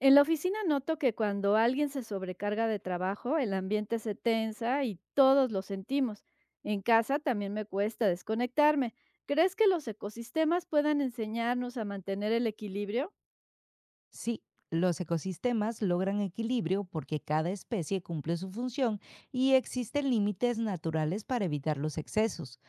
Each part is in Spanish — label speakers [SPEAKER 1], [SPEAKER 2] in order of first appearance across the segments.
[SPEAKER 1] En la oficina noto que cuando alguien se sobrecarga de trabajo, el ambiente se tensa y todos lo sentimos. En casa también me cuesta desconectarme. ¿Crees que los ecosistemas puedan enseñarnos a mantener el equilibrio?
[SPEAKER 2] Sí, los ecosistemas logran equilibrio porque cada especie cumple su función y existen límites naturales para evitar los excesos.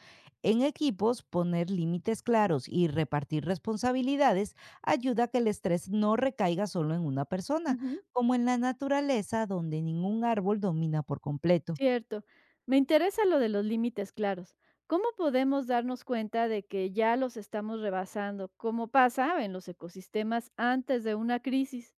[SPEAKER 2] En equipos, poner límites claros y repartir responsabilidades ayuda a que el estrés no recaiga solo en una persona,
[SPEAKER 1] Ujú.
[SPEAKER 2] como en la naturaleza donde ningún árbol domina por completo.
[SPEAKER 1] Cierto. Me interesa lo de los límites claros. ¿Cómo podemos darnos cuenta de que ya los estamos rebasando? ¿Cómo pasa en los ecosistemas antes de una crisis?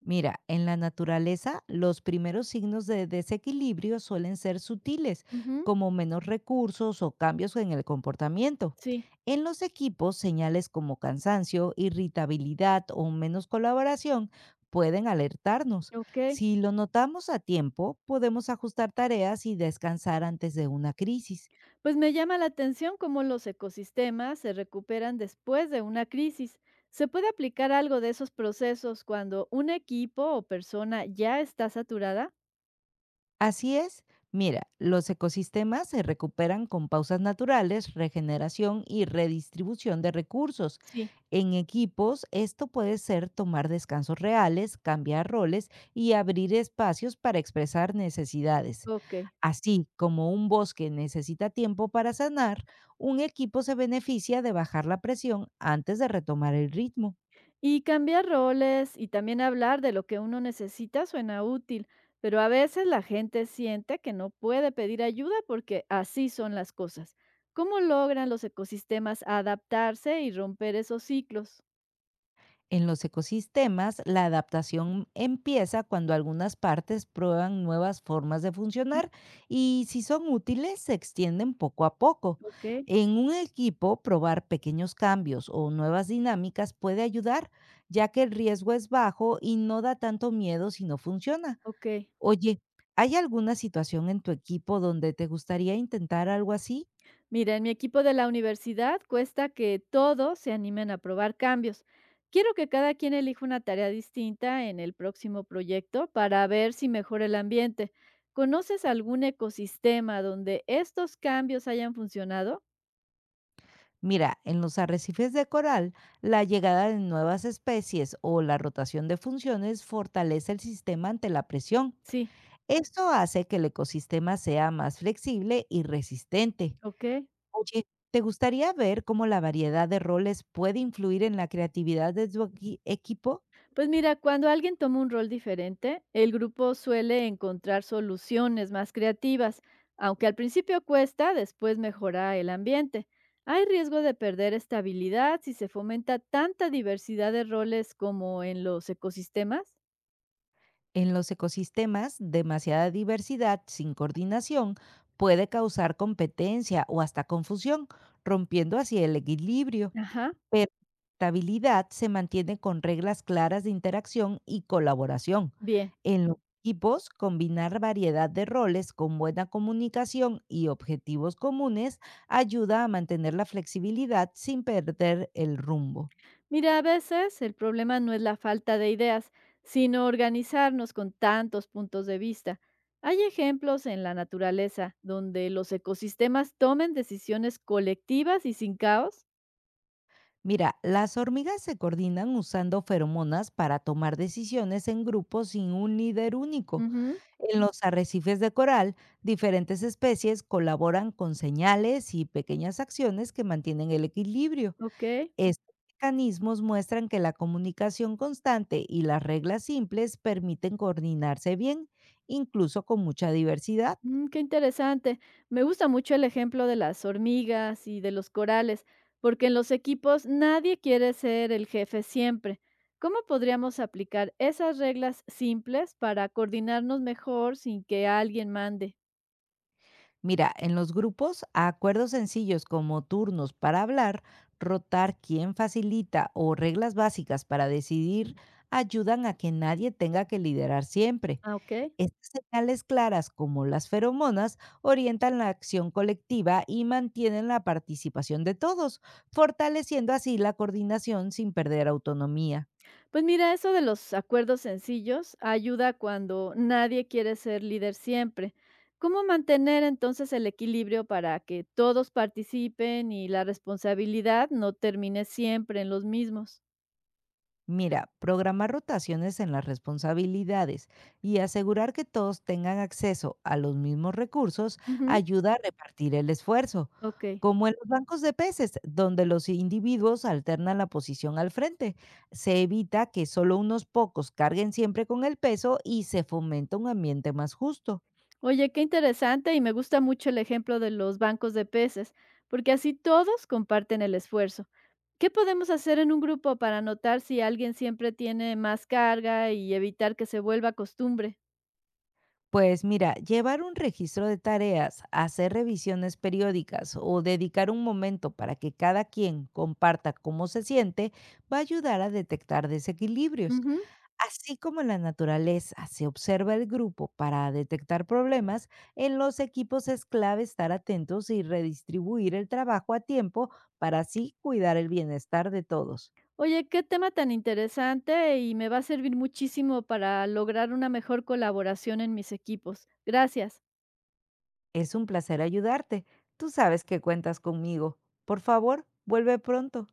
[SPEAKER 2] Mira, en la naturaleza los primeros signos de desequilibrio suelen ser sutiles,
[SPEAKER 1] Ujú.
[SPEAKER 2] como menos recursos o cambios en el comportamiento.
[SPEAKER 1] Sí,
[SPEAKER 2] En los equipos, señales como cansancio, irritabilidad o menos colaboración pueden alertarnos.
[SPEAKER 1] ok.
[SPEAKER 2] Si lo notamos a tiempo, podemos ajustar tareas y descansar antes de una crisis.
[SPEAKER 1] Pues me llama la atención cómo los ecosistemas se recuperan después de una crisis. ¿Se puede aplicar algo de esos procesos cuando un equipo o persona ya está saturada?
[SPEAKER 2] Así es. Mira, los ecosistemas se recuperan con pausas naturales, regeneración y redistribución de recursos.
[SPEAKER 1] Sí.
[SPEAKER 2] En equipos, esto puede ser tomar descansos reales, cambiar roles y abrir espacios para expresar necesidades.
[SPEAKER 1] Ok.
[SPEAKER 2] Así como un bosque necesita tiempo para sanar, un equipo se beneficia de bajar la presión antes de retomar el ritmo.
[SPEAKER 1] Y cambiar roles y también hablar de lo que uno necesita suena útil, pero a veces la gente siente que no puede pedir ayuda porque así son las cosas. ¿Cómo logran los ecosistemas adaptarse y romper esos ciclos?
[SPEAKER 2] En los ecosistemas, la adaptación empieza cuando algunas partes prueban nuevas formas de
[SPEAKER 1] Mm,
[SPEAKER 2] funcionar y si son útiles se extienden poco a poco.
[SPEAKER 1] Ok,
[SPEAKER 2] En un equipo, probar pequeños cambios o nuevas dinámicas puede ayudar, ya que el riesgo es bajo y no da tanto miedo si no funciona.
[SPEAKER 1] ok.
[SPEAKER 2] Oye, ¿hay alguna situación en tu equipo donde te gustaría intentar algo así?
[SPEAKER 1] Mira, en mi equipo de la universidad cuesta que todos se animen a probar cambios. Quiero que cada quien elija una tarea distinta en el próximo proyecto para ver si mejora el ambiente. ¿Conoces algún ecosistema donde estos cambios hayan funcionado?
[SPEAKER 2] Mira, en los arrecifes de coral, la llegada de nuevas especies o la rotación de funciones fortalece el sistema ante la presión.
[SPEAKER 1] Sí,
[SPEAKER 2] Esto hace que el ecosistema sea más flexible y resistente.
[SPEAKER 1] ok.
[SPEAKER 2] Oye, ¿te gustaría ver cómo la variedad de roles puede influir en la creatividad de tu equipo?
[SPEAKER 1] Pues mira, cuando alguien toma un rol diferente, el grupo suele encontrar soluciones más creativas, aunque al principio cuesta, después mejora el ambiente. Hay riesgo de perder estabilidad si se fomenta tanta diversidad de roles como en los ecosistemas.
[SPEAKER 2] En los ecosistemas, demasiada diversidad sin coordinación puede causar competencia o hasta confusión, rompiendo así el equilibrio.
[SPEAKER 1] Ajá,
[SPEAKER 2] Pero la estabilidad se mantiene con reglas claras de interacción y colaboración.
[SPEAKER 1] bien.
[SPEAKER 2] En los equipos, combinar variedad de roles con buena comunicación y objetivos comunes ayuda a mantener la flexibilidad sin perder el rumbo.
[SPEAKER 1] Mira, a veces el problema no es la falta de ideas, sino organizarnos con tantos puntos de vista. Hay ejemplos en la naturaleza donde los ecosistemas tomen decisiones colectivas y sin caos.
[SPEAKER 2] Mira, las hormigas se coordinan usando feromonas para tomar decisiones en grupo sin un líder único.
[SPEAKER 1] Ujú,
[SPEAKER 2] En los arrecifes de coral, diferentes especies colaboran con señales y pequeñas acciones que mantienen el equilibrio.
[SPEAKER 1] ok,
[SPEAKER 2] Estos mecanismos muestran que la comunicación constante y las reglas simples permiten coordinarse bien, incluso con mucha diversidad.
[SPEAKER 1] mm, qué interesante. Me gusta mucho el ejemplo de las hormigas y de los corales, porque en los equipos nadie quiere ser el jefe siempre. ¿Cómo podríamos aplicar esas reglas simples para coordinarnos mejor sin que alguien mande?
[SPEAKER 2] Mira, en los grupos, acuerdos sencillos como turnos para hablar, rotar quién facilita o reglas básicas para decidir ayudan a que nadie tenga que liderar siempre.
[SPEAKER 1] Ah, ¿ok?
[SPEAKER 2] Estas señales claras, como las feromonas, orientan la acción colectiva y mantienen la participación de todos, fortaleciendo así la coordinación sin perder autonomía.
[SPEAKER 1] Pues mira, eso de los acuerdos sencillos ayuda cuando nadie quiere ser líder siempre. ¿Cómo mantener entonces el equilibrio para que todos participen y la responsabilidad no termine siempre en los mismos?
[SPEAKER 2] Mira, programar rotaciones en las responsabilidades y asegurar que todos tengan acceso a los mismos recursos
[SPEAKER 1] Ujú,
[SPEAKER 2] ayuda a repartir el esfuerzo,
[SPEAKER 1] ok.
[SPEAKER 2] como en los bancos de peces, donde los individuos alternan la posición al frente. Se evita que solo unos pocos carguen siempre con el peso y se fomenta un ambiente más justo.
[SPEAKER 1] Oye, qué interesante, y me gusta mucho el ejemplo de los bancos de peces, porque así todos comparten el esfuerzo. ¿Qué podemos hacer en un grupo para notar si alguien siempre tiene más carga y evitar que se vuelva costumbre?
[SPEAKER 2] Pues mira, llevar un registro de tareas, hacer revisiones periódicas o dedicar un momento para que cada quien comparta cómo se siente va a ayudar a detectar desequilibrios.
[SPEAKER 1] Ujú.
[SPEAKER 2] Así como en la naturaleza se observa el grupo para detectar problemas, en los equipos es clave estar atentos y redistribuir el trabajo a tiempo para así cuidar el bienestar de todos.
[SPEAKER 1] Oye, qué tema tan interesante, y me va a servir muchísimo para lograr una mejor colaboración en mis equipos. Gracias.
[SPEAKER 2] Es un placer ayudarte. Tú sabes que cuentas conmigo. Por favor, vuelve pronto.